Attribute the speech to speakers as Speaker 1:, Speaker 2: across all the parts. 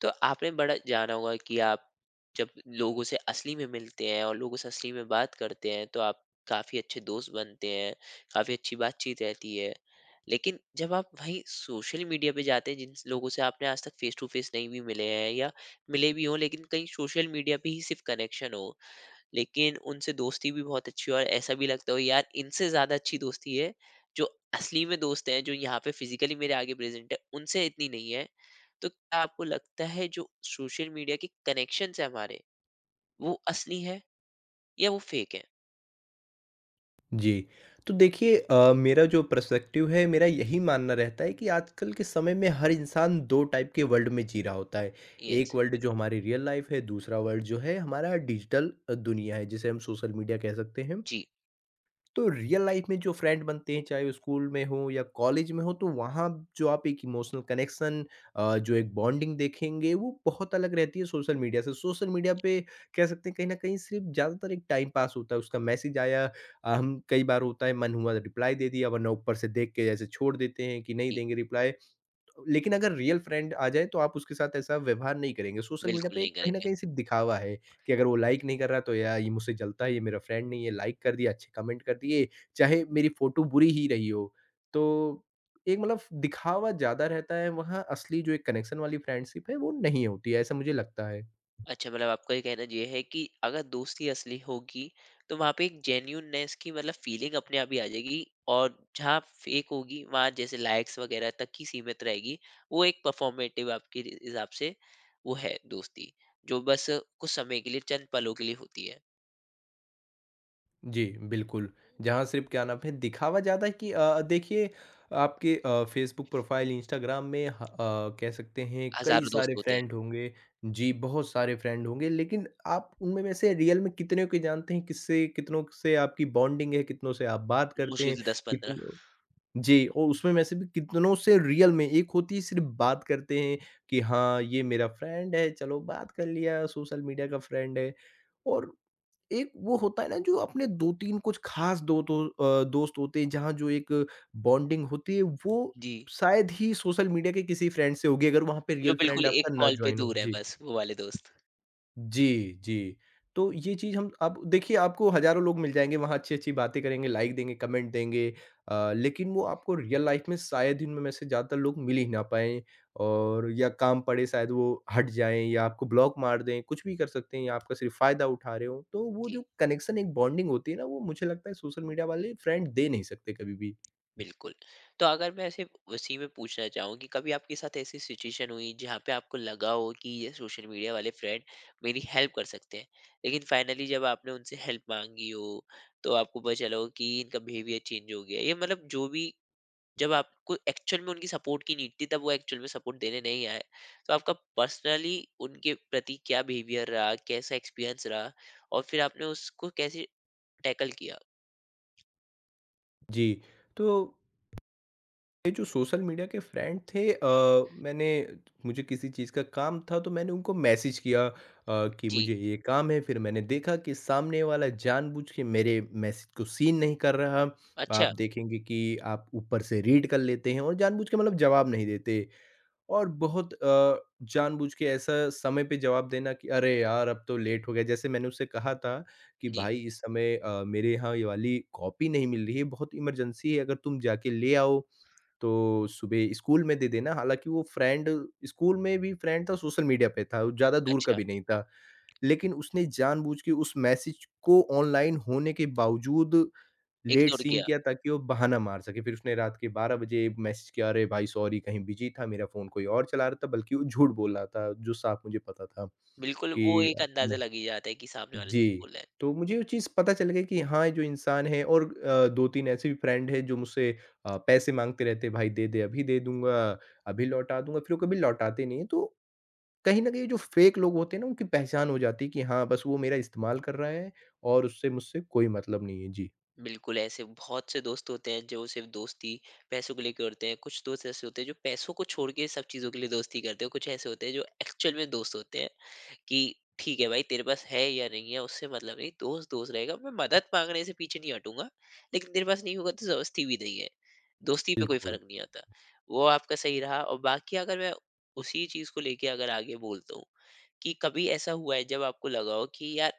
Speaker 1: तो आपने बड़ा जाना होगा कि आप जब लोगों से असली में मिलते हैं और लोगों से असली में बात करते हैं, तो आप काफी अच्छे दोस्त बनते हैं। काफी अच्छी बातचीत रहती है। लेकिन जब आप वहीं सोशल मीडिया पे जाते हैं, जिन लोगों से आपने आज तक फेस टू फेस नहीं भी मिले हैं या मिले भी हों लेकिन कहीं सोशल मीडिया पे ही सिर्फ कनेक्शन हो, लेकिन उनसे दोस्ती भी बहुत अच्छी है, और ऐसा भी लगता हो यार इनसे ज़्यादा अच्छी दोस्ती है जो असली में दोस्त हैं जो यहाँ पे फिजिकली मेरे आगे प्रेजेंट है उनसे इतनी नहीं है। तो क्या आपको लगता है जो सोशल मीडिया के कनेक्शन है हमारे, वो असली है या वो फेक है?
Speaker 2: जी। तो देखिए मेरा जो पर्सपेक्टिव है, मेरा यही मानना रहता है कि आजकल के समय में हर इंसान 2 टाइप के वर्ल्ड में जी रहा होता है।
Speaker 1: यस।
Speaker 2: एक वर्ल्ड जो हमारी रियल लाइफ़ है, दूसरा वर्ल्ड जो है हमारा डिजिटल दुनिया है, जिसे हम सोशल मीडिया कह सकते हैं।
Speaker 1: जी।
Speaker 2: तो रियल लाइफ में जो फ्रेंड बनते हैं चाहे वो स्कूल में हो या कॉलेज में हो तो वहाँ जो आप एक इमोशनल कनेक्शन जो एक बॉन्डिंग देखेंगे वो बहुत अलग रहती है सोशल मीडिया से। सोशल मीडिया पे कह सकते हैं कहीं ना कहीं सिर्फ ज़्यादातर एक टाइम पास होता है। उसका मैसेज आया हम कई बार होता है मन हुआ रिप्लाई दे दिया वरना ऊपर से देख के जैसे छोड़ देते हैं कि नहीं
Speaker 1: जी।
Speaker 2: देंगे रिप्लाई। लेकिन अगर रियल फ्रेंड आ जाए तो आप उसके साथ ऐसा व्यवहार नहीं करेंगे। सोशल मीडिया
Speaker 1: बिल्कुल
Speaker 2: पे
Speaker 1: नहीं
Speaker 2: एक कहीं न
Speaker 1: करेंगे।
Speaker 2: कहीं सिर्फ़ दिखावा है कि अगर वो लाइक नहीं कर रहा तो यार ये मुझसे जलता है, ये मेरा फ्रेंड नहीं है, लाइक कर दिया, अच्छे कमेंट कर दिए, चाहे मेरी फ़ोटो बुरी ही रही हो। तो एक मतलब दिखावा ज़्यादा रहता है, वहाँ असली जो एक कनेक्शन वाली फ्रेंडशिप है वो नहीं होती है, ऐसा मुझे लगता है।
Speaker 1: अच्छा, मतलब आपका ये कहना ये है कि अगर दोस्ती असली होगी तो वहां पे एक जेन्यूननेस की मतलब फीलिंग अपने आप ही आ जाएगी, और जहाँ फेक होगी वहां जैसे लाइक्स वगैरह तक ही सीमित रहेगी। वो एक परफॉर्मेटिव आपके हिसाब से वो है दोस्ती जो बस कुछ समय के लिए, चंद पलों के लिए होती है।
Speaker 2: जी, बिल्कुल। जहाँ सिर्फ़ क्या नाम है दिखावा ज़्यादा है कि देखिए आपके फ़ेसबुक प्रोफ़ाइल, इंस्टाग्राम में कह सकते हैं कई
Speaker 1: हजारों दोस्त
Speaker 2: सारे
Speaker 1: होते हैं।
Speaker 2: फ्रेंड होंगे। जी, बहुत सारे फ्रेंड होंगे लेकिन आप उनमें में से रियल में कितने को जानते हैं, किससे कितनों से आपकी बॉन्डिंग है, कितनों से आप बात करते
Speaker 1: मुश्किल
Speaker 2: हैं,
Speaker 1: से दस पंद्रह।
Speaker 2: कितनों जी और उसमें में से भी कितनों से रियल में एक होती है सिर्फ़ बात करते हैं कि हाँ, ये मेरा फ्रेंड है, चलो बात कर लिया, सोशल मीडिया का फ्रेंड है। और एक वो होता है ना जो अपने 2,3 कुछ खास दो तो दोस्त होते हैं जहाँ जो एक बॉन्डिंग होती है वो
Speaker 1: जी।
Speaker 2: शायद ही सोशल मीडिया के किसी फ्रेंड से होगी अगर वहाँ पे
Speaker 1: जो
Speaker 2: रियल
Speaker 1: बिल्कुल
Speaker 2: फ्रेंड
Speaker 1: एक
Speaker 2: आपका ना
Speaker 1: कॉल पे
Speaker 2: जॉइन हो।
Speaker 1: दूर है,
Speaker 2: जी।
Speaker 1: बस वो वाले दोस्त।
Speaker 2: जी, जी। तो ये चीज़ हम अब देखिए आपको हज़ारों लोग मिल जाएँगे वहाँ अच्छी-अच्छी बातें करेंगे, लाइक देंगे, कमेंट देंगे लेकिन वो आपको रियल लाइफ़ में शायद ही उनमें में से ज़्यादातर लोग मिल ही ना पाएँ और या काम पड़े शायद वो हट जाएँ या आपको ब्लॉक मार दें, कुछ भी कर सकते हैं या आपका सिर्फ़ फ़ायदा उठा रहे हों। तो वो
Speaker 1: जी,
Speaker 2: जो कनेक्शन एक बॉन्डिंग होती है ना, वो मुझे लगता है सोशल मीडिया वाले फ्रेंड दे नहीं सकते कभी भी।
Speaker 1: बिल्कुल। तो अगर मैं ऐसे उसी में पूछना चाहूँ कि कभी आपके साथ ऐसी सिचुएशन हुई जहाँ पे आपको लगा हो कि ये सोशल मीडिया वाले फ्रेंड मेरी हेल्प कर सकते हैं, लेकिन फाइनली जब आपने उनसे हेल्प माँगी हो, तो आपको पता चला हो कि इनका बिहेवियर चेंज हो गया है। ये मतलब जो भी, जब आपको एक्चुअल में उनकी सपोर्ट की नीड थी, तब वो एक्चुअल में सपोर्ट देने नहीं आए। तो आपका पर्सनली उनके प्रति क्या बिहेवियर रहा, कैसा एक्सपीरियंस रहा, और फिर आपने उसको कैसे टैकल किया?
Speaker 2: जी, तो ये जो सोशल मीडिया के फ्रेंड थे मैंने मुझे किसी चीज़ का काम था तो मैंने उनको मैसेज किया कि
Speaker 1: जी।
Speaker 2: मुझे ये काम है। फिर मैंने देखा कि सामने वाला जानबूझ के मेरे मैसेज को सीन नहीं कर रहा।
Speaker 1: अच्छा।
Speaker 2: आप देखेंगे कि आप ऊपर से रीड कर लेते हैं और जानबूझ के मतलब जवाब नहीं देते और बहुत जानबूझ के ऐसा समय पे जवाब देना कि अरे यार अब तो लेट हो गया। जैसे मैंने उससे कहा था कि
Speaker 1: जी।
Speaker 2: भाई इस समय मेरे यहाँ ये वाली कॉपी नहीं मिल रही है बहुत इमरजेंसी है अगर तुम जाके ले आओ तो सुबह स्कूल में दे देना, हालाँकि वो फ्रेंड स्कूल में भी फ्रेंड था, सोशल मीडिया पे था, ज़्यादा दूर का
Speaker 1: अच्छा।
Speaker 2: भी नहीं था। लेकिन उसने जानबूझ के उस मैसेज को ऑनलाइन होने के बावजूद लेट
Speaker 1: इग्नोर
Speaker 2: सीन
Speaker 1: किया।
Speaker 2: किया ताकि वो बहाना मार सके। फिर उसने रात के 12 बजे मैसेज किया, "अरे भाई सॉरी कहीं बिज़ी था, मेरा फ़ोन कोई और चला रहा था।" बल्कि वो झूठ बोल रहा था, जो साफ मुझे पता था
Speaker 1: बिल्कुल, वो
Speaker 2: कि
Speaker 1: एक अंदाज़ा
Speaker 2: मैं
Speaker 1: लग ही जाता है कि सामने वाला झूठ
Speaker 2: जी,
Speaker 1: बोल रहा है।
Speaker 2: तो मुझे वो चीज़ पता चल गई कि हाँ, ये जो इंसान है। और 2,3 ऐसे भी फ्रेंड हैं जो मुझसे पैसे माँगते रहते हैं, "भाई दे दे, अभी दे दूँगा, अभी लौटा दूँगा," फिर वो कभी लौटाते नहीं हैं। तो कहीं न कहीं जो फेक लोग होते हैं ना, उनकी पहचान हो जाती है कि हाँ, बस वो मेरा इस्तेमाल कर रहा है और उससे मुझसे कोई मतलब नहीं है। जी,
Speaker 1: बिल्कुल, ऐसे बहुत से दोस्त होते हैं जो सिर्फ़ दोस्ती पैसों को लेके करते हैं, कुछ दोस्त ऐसे होते हैं जो पैसों को छोड़ के सब चीज़ों के लिए दोस्ती करते हैं, कुछ ऐसे होते हैं जो एक्चुअल में दोस्त होते हैं। कि ठीक है भाई, तेरे पास है या नहीं है उससे मतलब नहीं, दोस्त दोस्त रहेगा, मैं मदद मांगने से पीछे नहीं हटूंगा, लेकिन तेरे पास नहीं होगा तो दोस्ती भी नहीं है, दोस्ती पे कोई
Speaker 2: बिल्कुल।
Speaker 1: फर्क नहीं आता। वो आपका सही रहा। और बाकी अगर मैं उसी चीज को लेके अगर आगे बोलता हूँ कि कभी ऐसा हुआ है जब आपको लगा हो कि यार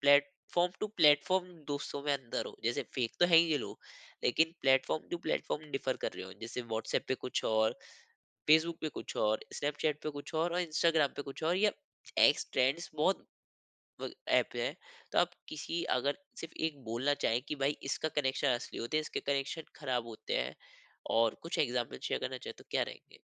Speaker 1: प्लेटफॉर्म टू प्लेटफॉर्म दोस्तों में अंदर हो, जैसे फेक तो है ही ये लोग, लेकिन प्लेटफॉर्म टू प्लेटफॉर्म डिफर कर रहे हो, जैसे व्हाट्सएप पे कुछ और, फेसबुक पे कुछ और, स्नैपचैट पे कुछ और इंस्टाग्राम पे कुछ और, या एक्स ट्रेंड्स बहुत व ऐप है। तो आप किसी अगर सिर्फ़ एक बोलना चाहें कि भाई इसका कनेक्शन असली होते हैं, इसके कनेक्शन खराब होते हैं, और कुछ एग्ज़ाम्पल शेयर करना चाहें तो क्या रहेंगे?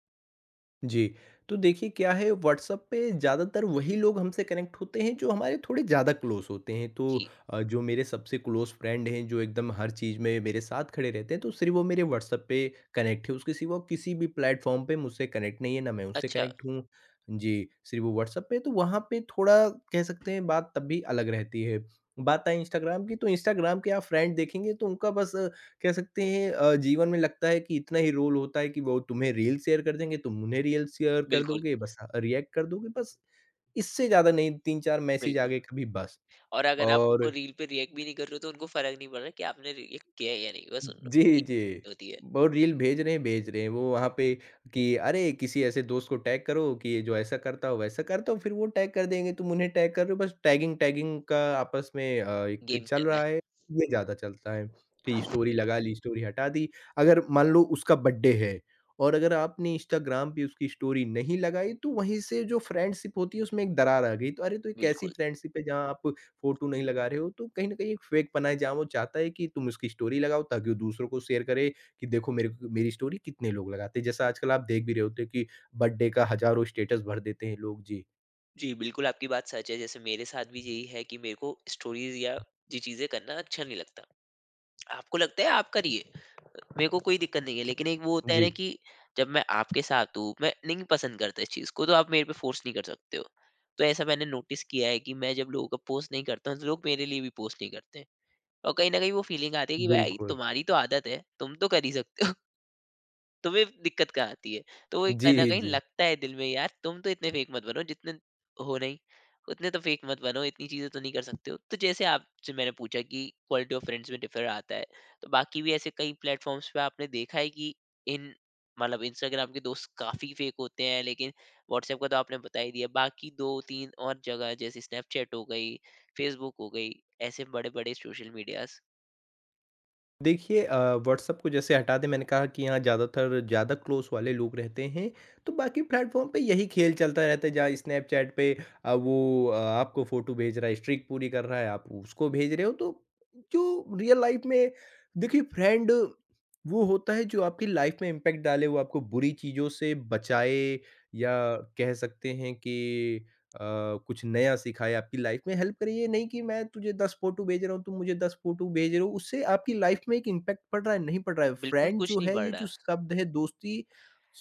Speaker 2: जी, तो देखिए क्या है, व्हाट्सएप पे ज़्यादातर वही लोग हमसे कनेक्ट होते हैं जो हमारे थोड़े ज़्यादा क्लोज़ होते हैं। तो
Speaker 1: जी।
Speaker 2: जो मेरे सबसे क्लोज़ फ्रेंड हैं जो एकदम हर चीज़ में मेरे साथ खड़े रहते हैं तो सिर्फ़ वो मेरे व्हाट्सएप पे कनेक्ट है। उसके सिवा किसी भी प्लेटफ़ॉर्म पे मुझसे कनेक्ट नहीं है, ना मैं उससे
Speaker 1: अच्छा।
Speaker 2: कनेक्ट हूँ। जी, सिर्फ़ वो व्हाट्सएप पे है तो वहाँ पे थोड़ा कह सकते हैं बात तब भी अलग रहती है। बात आए इंस्टाग्राम की तो इंस्टाग्राम के आप फ्रेंड देखेंगे तो उनका बस कह सकते हैं जीवन में लगता है कि इतना ही रोल होता है कि वो तुम्हें रील शेयर कर देंगे, तुम उन्हें रील शेयर कर
Speaker 1: बिल्कुल।
Speaker 2: दोगे, बस रिएक्ट कर दोगे बस, इससे ज़्यादा नहीं 3,4 मैसेज आ
Speaker 1: बिल्कुल।
Speaker 2: गए कभी बस।
Speaker 1: और अगर आप उनको
Speaker 2: और
Speaker 1: रील पे रिएक्ट भी नहीं कर रहे हो तो उनको फ़र्क नहीं पड़ रहा कि आपने रिएक्ट किया है या नहीं, बस उन लोग को
Speaker 2: जी, जी।
Speaker 1: react होती है।
Speaker 2: वो रील भेज रहे हैं, भेज रहे हैं। वो वहाँ पे कि अरे किसी ऐसे दोस्त को टैग करो कि ये जो ऐसा करता हो, वैसा करता हो, फिर वो टैग कर देंगे, तुम उन्हें टैग कर रहे हो। बस टैगिंग-टैगिंग का आपस में एक
Speaker 1: गेम चल
Speaker 2: चल
Speaker 1: रहा है।
Speaker 2: रहा है, ये ज़्यादा चलता है कि स्टोरी लगा ली, स्टोरी हटा दी। अगर मान लो उसका बर्थडे है और अगर आपने इंस्टाग्राम पे उसकी स्टोरी नहीं लगाई, तो वहीं से जो फ्रेंडशिप होती है उसमें एक दरार आ गई। तो अरे! तो ये कैसी
Speaker 1: बिल्कुल।
Speaker 2: फ्रेंडशिप है जहाँ आप फ़ोटो नहीं लगा रहे हो, तो कहीं न कहीं एक फेकपना है जहाँ वो चाहता है कि तुम उसकी स्टोरी लगाओ ताकि वो दूसरों को शेयर करे कि देखो मेरे को मेरी स्टोरी कितने लोग लगाते हैं। जैसा आजकल आप देख भी रहे होते हैं कि बर्थडे का हज़ारों स्टेटस भर देते हैं लोग। जी।
Speaker 1: जी, बिल्कुल आपकी बात सच है। जैसे मेरे साथ भी यही है कि मेरे को स्टोरीज़ या ये चीज़ें करना अच्छा नहीं लगता। आपको लगता है आप करिए, मेरे को कोई दिक्कत नहीं है। लेकिन एक वो होता है
Speaker 2: जी,
Speaker 1: ना कि जब मैं आपके साथ हूँ, मैं नहीं पसंद करता इस चीज़ को, तो आप मेरे पे फ़ोर्स नहीं कर सकते हो। तो ऐसा मैंने नोटिस किया है कि मैं जब लोगों का पोस्ट नहीं करता हूँ, तो लोग मेरे लिए भी पोस्ट नहीं करते हैं। और कहीं न कहीं वो फीलिंग आती है कि भाई
Speaker 2: बिल्कुल।
Speaker 1: तुम्हारी तो आदत है, तुम तो कर ही सकते हो। तुम्हें दिक्कत कहाँ आती है? तो ये
Speaker 2: जी,
Speaker 1: कहीं न कहीं
Speaker 2: जी।
Speaker 1: लगता है दिल में यार तुम तो इतने फेक मत बनो जितने हो नहीं, उतने तो फेक मत बनो, इतनी चीज़ें तो नहीं कर सकते हो। तो जैसे आपसे मैंने पूछा कि क्वालिटी ऑफ फ्रेंड्स में डिफर आता है, तो बाकी भी ऐसे कई प्लेटफ़ॉर्म्स पे आपने देखा है कि इन मतलब इंस्टाग्राम के दोस्त काफ़ी फेक होते हैं, लेकिन व्हाट्सएप का तो आपने बता ही दिया। बाकी 2-3 और जगह जैसे स्नैपचैट हो गई, फेसबुक हो गई, ऐसे बड़े-बड़े सोशल मीडियाज़।
Speaker 2: देखिए व्हाट्सएप को जैसे हटा दें, मैंने कहा कि यहाँ ज़्यादातर ज़्यादा क्लोज वाले लोग रहते हैं तो बाकी प्लेटफॉर्म पे यही खेल चलता रहता है जहाँ स्नैपचैट पे आपको फ़ोटो भेज रहा है स्ट्रिक पूरी कर रहा है आप उसको भेज रहे हो तो जो रियल लाइफ में देखिए फ्रेंड वो होता है जो आपकी लाइफ में इम्पैक्ट डाले, वो आपको बुरी चीज़ों से बचाए या कह सकते हैं कि कुछ नया सीखा है आपकी लाइफ में हेल्प करे। ये नहीं कि मैं तुझे 10 फ़ोटो भेज रहा हूँ, तुम मुझे 10 फ़ोटो भेज रहे हो, उससे आपकी लाइफ में एक इम्पैक्ट पड़ रहा है, नहीं पड़ रहा है।
Speaker 1: बिल्कुल
Speaker 2: फ्रेंड
Speaker 1: कुछ
Speaker 2: जो
Speaker 1: नहीं
Speaker 2: है,
Speaker 1: बढ़
Speaker 2: ये
Speaker 1: रहा।
Speaker 2: जो शब्द है दोस्ती,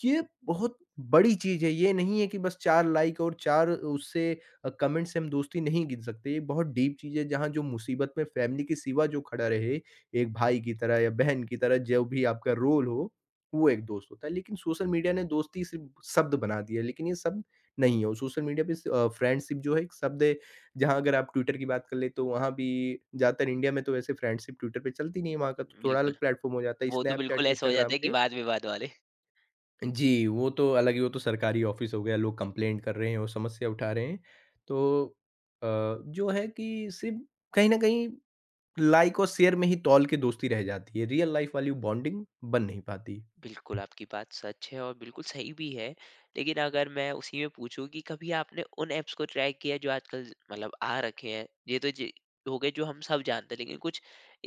Speaker 2: ये बहुत बड़ी चीज़ है, ये नहीं है कि बस 4 लाइक और 4 उससे कमेंट से हम दोस्ती नहीं गिन सकते। ये बहुत डीप चीज़ है जहाँ जो मुसीबत में फैमिली के सिवा जो खड़ा रहे, एक भाई की तरह या बहन की तरह जो भी आपका रोल हो, वो एक दोस्त होता है। लेकिन सोशल मीडिया ने दोस्ती सिर्फ़ शब्द बना दिया है, लेकिन ये शब्द नहीं हो। सोशल मीडिया पे फ्रेंडशिप जो है एक शब्द है, जहाँ अगर आप ट्विटर की बात कर लें तो वहाँ भी ज़्यादातर इंडिया में तो वैसे फ्रेंडशिप ट्विटर पे चलती नहीं है, वहाँ का तो थोड़ा
Speaker 1: बिल्कुल,
Speaker 2: अलग प्लेटफ़ॉर्म हो जाता है,
Speaker 1: वो तो बिल्कुल
Speaker 2: स्नैपचैट,
Speaker 1: ऐसा हो जाता
Speaker 2: इंस्टाग्राम
Speaker 1: है कि
Speaker 2: पे
Speaker 1: वाद-विवाद वाले।
Speaker 2: जी, वो तो अलग ही, वो तो सरकारी ऑफ़िस हो गया, लोग कंप्लेंट कर रहे हैं और समस्या उठा रहे हैं। तो अ, जो है कि सिर्फ़ कहीं न कहीं लाइक और शेयर में ही तौल के दोस्ती रह जाती है, रियल लाइफ़ वाली बॉन्डिंग बन नहीं पाती।
Speaker 1: बिल्कुल, आपकी बात सच है और बिल्कुल सही भी है। लेकिन अगर मैं उसी में पूछूँ कि कभी आपने उन ऐप्स को ट्राई किया है जो आजकल मतलब आ रखे हैं? ये तो जी हो गए जो हम सब जानते हैं। लेकिन कुछ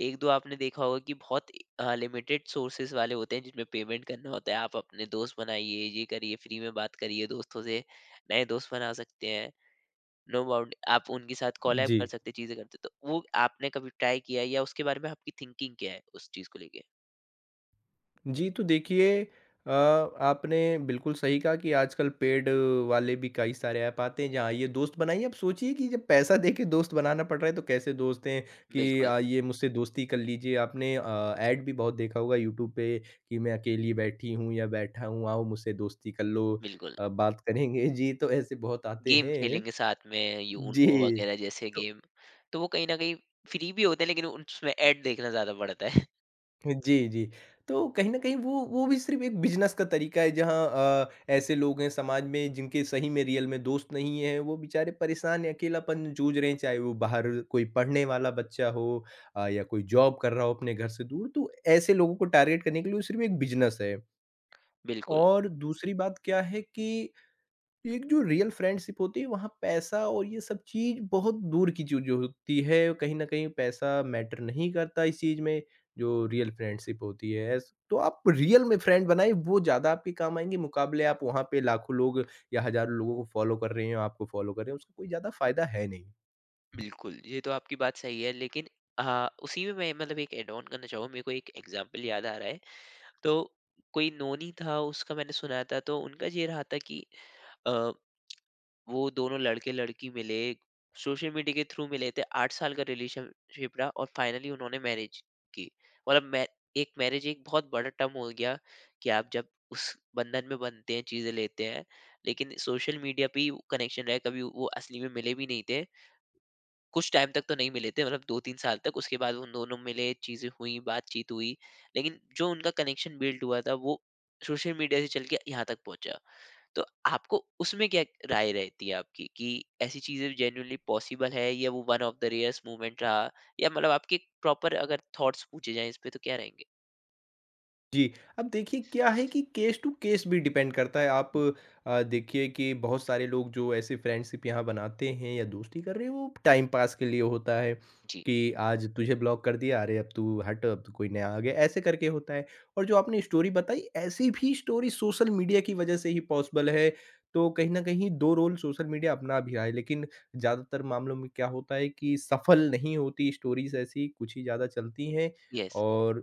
Speaker 1: 1-2 आपने देखा होगा कि बहुत लिमिटेड सोर्सेज़ वाले होते हैं जिनमें पेमेंट करना होता है। आप अपने दोस्त बनाइए, ये करिए, फ्री में बात करिए दोस्तों से, नए दोस्त बना सकते हैं। नो बाउंड आप उनके साथ कोलैब
Speaker 2: जी।
Speaker 1: कर सकते हैं, चीज़ें करते हैं। तो वो आपने कभी ट्राई किया है या उसके बारे में आपकी थिंकिंग क्या है उस चीज़ को लेके?
Speaker 2: जी, तो देखिए आपने बिल्कुल सही कहा कि आजकल पेड वाले भी कई सारे ऐप आते हैं जहाँ ये दोस्त बनाइए। अब सोचिए कि जब पैसा दे के दोस्त बनाना पड़ रहा है तो कैसे दोस्त हैं कि
Speaker 1: बिल्कुल,
Speaker 2: ये मुझसे दोस्ती कर लीजिए। आपने ऐड भी बहुत देखा होगा यूट्यूब पे कि मैं अकेली बैठी हूँ या बैठा हूँ, आओ मुझसे दोस्ती कर लो
Speaker 1: बिल्कुल।
Speaker 2: बात करेंगे। जी, तो ऐसे बहुत आते
Speaker 1: गेम
Speaker 2: हैं।
Speaker 1: खेलेंगे साथ में यूनो
Speaker 2: जी।
Speaker 1: वगैरह जैसे गेम। तो वो कहीं ना कहीं फ्री भी होते हैं लेकिन उसमें ऐड देखना ज्यादा पड़ता है।
Speaker 2: जी, जी। तो कहीं न कहीं वो भी सिर्फ़ एक बिज़नेस का तरीका है जहाँ ऐसे लोग हैं समाज में जिनके सही में रियल में दोस्त नहीं हैं, वो बेचारे परेशान हैं, अकेलापन जूझ रहे हैं, चाहे वो बाहर कोई पढ़ने वाला बच्चा हो या कोई जॉब कर रहा हो अपने घर से दूर, तो ऐसे लोगों को टारगेट करने के लिए वो सिर्फ़ एक बिज़नेस है।
Speaker 1: बिल्कुल।
Speaker 2: और दूसरी बात क्या है कि एक जो रियल फ्रेंडशिप होती है वहाँ पैसा और ये सब चीज़ बहुत दूर की चीज़ होती है, कहीं न कहीं पैसा मैटर नहीं करता इस चीज़ में, जो रियल फ्रेंडशिप होती है ऐस तो आप रियल में फ्रेंड बनाएँ वो ज़्यादा आपके काम आएँगे मुकाबले आप वहाँ पे लाखों लोग या हज़ारों लोगों को फॉलो कर रहे हैं, आपको फॉलो कर रहे हैं, उसका कोई ज़्यादा फ़ायदा है नहीं।
Speaker 1: बिल्कुल, ये तो आपकी बात सही है, लेकिन उसी में मैं मतलब एक एड ऑन करना चाहूँ, मेरे को एक एग्जांपल याद आ रहा है। तो कोई नोनी था उसका मैंने सुना था तो उनका ये रहा था कि वो दोनों लड़के-लड़की मिले, सोशल मीडिया के थ्रू मिले थे, 8 साल का रिलेशनशिप रहा और फाइनली उन्होंने मैरिज की। मतलब मै एक मैरिज एक बहुत बड़ा टर्म हो गया कि आप जब उस बंधन में बंधते हैं, चीज़ें लेते हैं, लेकिन सोशल मीडिया पे ही कनेक्शन रहा, कभी वो असली में मिले भी नहीं थे। कुछ टाइम तक तो नहीं मिले थे, मतलब 2-3 साल तक, उसके बाद उन दोनों मिले, चीज़ें हुई, बातचीत हुई। लेकिन जो उनका कनेक्शन बिल्ड हुआ था वो सोशल मीडिया से चल के यहाँ तक पहुँचा। तो आपको उसमें क्या राय रहती है आपकी कि ऐसी चीज़ें जेन्युइनली पॉसिबल है, या वो one of the rarest moment रहा? या मतलब आपके प्रॉपर अगर थॉट्स पूछे जाएँ इस पे तो क्या रहेंगे?
Speaker 2: जी, अब देखिए क्या है कि केस टू केस भी डिपेंड करता है आप।
Speaker 1: जी।
Speaker 2: देखिए कि बहुत सारे लोग जो ऐसे फ्रेंडशिप यहाँ बनाते हैं या दोस्ती कर रहे हैं वो टाइम पास के लिए होता है
Speaker 1: जी।
Speaker 2: कि आज तुझे ब्लॉक कर दिया, अरे अब तू हट, अब तो कोई नया आ गया, ऐसे करके होता है। और जो आपने स्टोरी बताई, ऐसी भी स्टोरी सोशल मीडिया की वजह से ही पॉसिबल है, तो कहीं न कहीं 2 रोल सोशल मीडिया अपना भी रहा है, लेकिन ज़्यादातर मामलों में क्या होता है कि सफल नहीं होती स्टोरीज़, ऐसी कुछ ही ज़्यादा चलती हैं।
Speaker 1: येस।
Speaker 2: और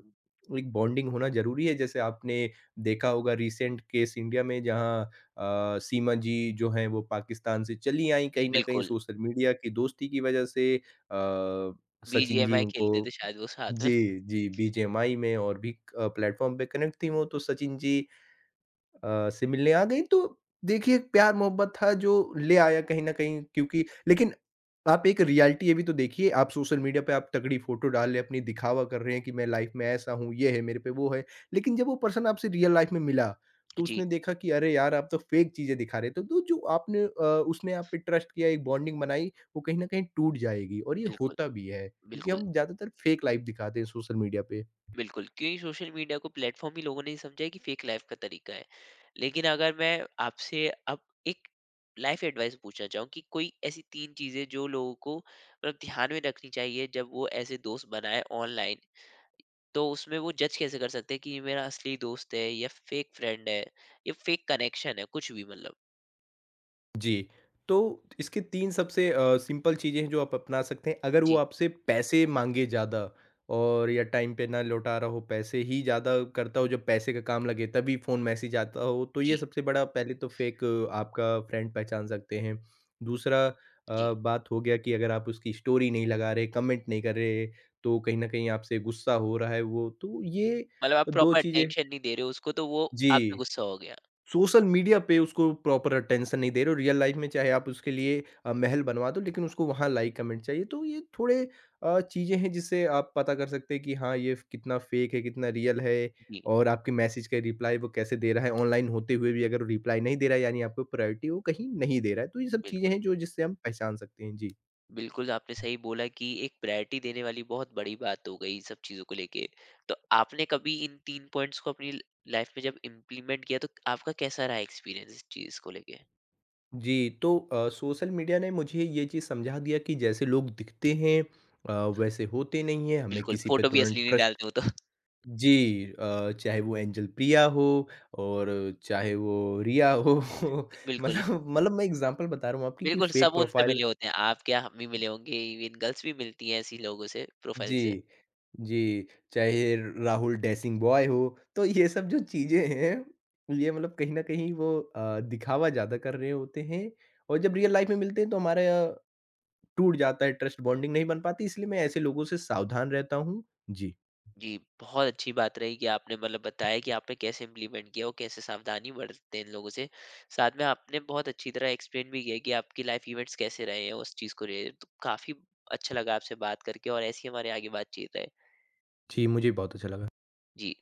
Speaker 2: एक बॉन्डिंग होना ज़रूरी है। जैसे आपने देखा होगा रिसेंट केस इंडिया में, जहाँ अ, सीमा जी जो हैं वो पाकिस्तान से चली आईं कहीं न कहीं
Speaker 1: बिल्कुल।
Speaker 2: सोशल मीडिया की दोस्ती की वजह से। सचिन जी
Speaker 1: बीजीएमआई
Speaker 2: उनको,
Speaker 1: खेलते थे शायद वो साथ में।
Speaker 2: जी, जी, बीजीएमआई में और भी प्लेटफ़ॉर्म पे कनेक्ट थी, वो तो सचिन जी से मिलने आ गई। तो देखिए, प्यार-मोहब्बत था जो ले आया कहीं न कहीं, क्योंकि, लेकिन आप एक रियलिटी ये भी तो देखिए। आप सोशल मीडिया पे आप तगड़ी फ़ोटो डाल रहे हैं, अपनी दिखावा कर रहे हैं कि मैं लाइफ़ में ऐसा हूँ, ये है मेरे पे, वो है। लेकिन जब वो पर्सन आपसे रियल लाइफ़ में मिला, तो
Speaker 1: जी,
Speaker 2: उसने देखा कि अरे यार! आप तो फेक चीज़ें दिखा रहे थे। तो जो आपने उसने आप पे ट्रस्ट किया, एक बॉन्डिंग बनाई, वो कहीं न कहीं टूट जाएगी, और ये
Speaker 1: बिल्कुल।
Speaker 2: होता भी है, क्योंकि
Speaker 1: बिल्कुल।
Speaker 2: हम ज़्यादातर फेक लाइफ़ दिखाते हैं सोशल मीडिया पे।
Speaker 1: बिल्कुल, क्योंकि सोशल मीडिया को प्लेटफ़ॉर्म ही लोगों ने ये समझा है कि फेक लाइफ़ का तरीका है। लेकिन अगर मैं आपसे अब एक लाइफ़ एडवाइस पूछना चाहूँ कि कोई ऐसी 3 चीज़ें जो लोगों को मतलब ध्यान में रखनी चाहिए जब वो ऐसे दोस्त बनाएँ ऑनलाइन, तो उसमें वो जज कैसे कर सकते हैं कि ये मेरा असली दोस्त है या फेक फ्रेंड है या फेक कनेक्शन है, कुछ भी मतलब?
Speaker 2: जी, तो इसके 3 सबसे सिंपल चीज़ें हैं जो आप अपना सकते हैं। अगर वो
Speaker 1: जी।
Speaker 2: आपसे पैसे माँगे ज़्यादा और या टाइम पे ना लौटा रहा हो, पैसे ही ज़्यादा करता हो, जब पैसे का काम लगे तभी फ़ोन मैसेज आता हो, तो ये
Speaker 1: जी।
Speaker 2: सबसे बड़ा पहले तो फेक आपका फ्रेंड पहचान सकते हैं। दूसरा
Speaker 1: जी।
Speaker 2: बात हो गया कि अगर आप उसकी स्टोरी नहीं लगा रहे, कमेंट नहीं कर रहे, तो कहीं न कहीं आपसे गुस्सा हो रहा है वो, तो ये
Speaker 1: मतलब आप
Speaker 2: 2
Speaker 1: प्रॉपर
Speaker 2: चीज़ें।
Speaker 1: अटेंशन नहीं दे रहे हो उसको, तो वो आप पे
Speaker 2: जी।
Speaker 1: गुस्सा हो गया।
Speaker 2: सोशल मीडिया पे उसको प्रॉपर अटेंशन नहीं दे रहे हो, रियल लाइफ में चाहे आप उसके लिए महल बनवा दो, लेकिन उसको वहाँ लाइक कमेंट चाहिए। तो ये थोड़े चीज़ें हैं जिससे आप पता कर सकते हैं कि हाँ, ये फ कितना फेक है, कितना रियल है,
Speaker 1: जी,
Speaker 2: और आपके मैसेज का रिप्लाई वो कैसे दे रहा है। ऑनलाइन होते हुए भी अगर वो रिप्लाई नहीं दे रहा है, यानी आपको प्रायोरिटी वो कहीं नहीं दे रहा है। तो ये सब चीज़ें
Speaker 1: बिल्कुल।
Speaker 2: हैं जो जिससे हम पहचान सकते हैं। जी।
Speaker 1: बिल्कुल, आपने सही बोला कि एक प्रायोरिटी देने वाली बहुत बड़ी बात हो गई इन सब चीज़ों को लेके। तो आपने कभी इन 3 पॉइंट्स को अपनी लाइफ़ में जब इम्प्लीमेंट किया तो आपका कैसा रहा एक्सपीरियंस इस चीज़ को लेके?
Speaker 2: जी, तो सोशल मीडिया ने मुझे ये चीज़ समझा दिया कि जैसे लोग दिखते हैं, अ, वैसे होते नहीं हैं। हमें
Speaker 1: बिल्कुल,
Speaker 2: किसी पे
Speaker 1: फ़ोटो भी असली
Speaker 2: तुरंत
Speaker 1: नहीं
Speaker 2: ट्रस्ट।
Speaker 1: डालते हो तो।
Speaker 2: जी, चाहे वो एंजल प्रिया हो, और चाहे वो रिया हो।
Speaker 1: बिल्कुल,
Speaker 2: मतलब मैं एग्ज़ाम्पल बता रहा हूँ आपकी, कि
Speaker 1: बिल्कुल सब
Speaker 2: फेक
Speaker 1: उनसे
Speaker 2: प्रोफ़ाइल।
Speaker 1: मिले होते हैं। आप क्या हम भी मिले होंगे, इवन गर्ल्स भी मिलती हैं ऐसी लोगों से, प्रोफाइल से।
Speaker 2: जी, जी, चाहे राहुल डेसिंग बॉय हो, तो ये सब जो चीज़ें हैं, ये मतलब कहीं न कहीं वो दिखावा ज़्यादा कर रहे होते हैं, और जब रियल लाइफ़ में मिलते हैं तो हमारा टूट जाता है, ट्रस्ट बॉन्डिंग नहीं बन पाती, इसलिए मैं ऐसे लोगों से सावधान रहता हूँ। जी।
Speaker 1: जी, बहुत अच्छी बात रही कि आपने मतलब बताया कि आपने कैसे इम्प्लीमेंट किया और कैसे सावधानी बरतते हैं इन लोगों से। साथ में आपने बहुत अच्छी तरह एक्सप्लेन भी किया कि आपकी लाइफ इवेंट्स कैसे रहे हैं उस चीज़ को रिलेटेड। तो काफ़ी अच्छा लगा आपसे बात करके और ऐसी हमारी आगे बातचीत रहे।
Speaker 2: जी, मुझे भी बहुत अच्छा लगा।
Speaker 1: जी।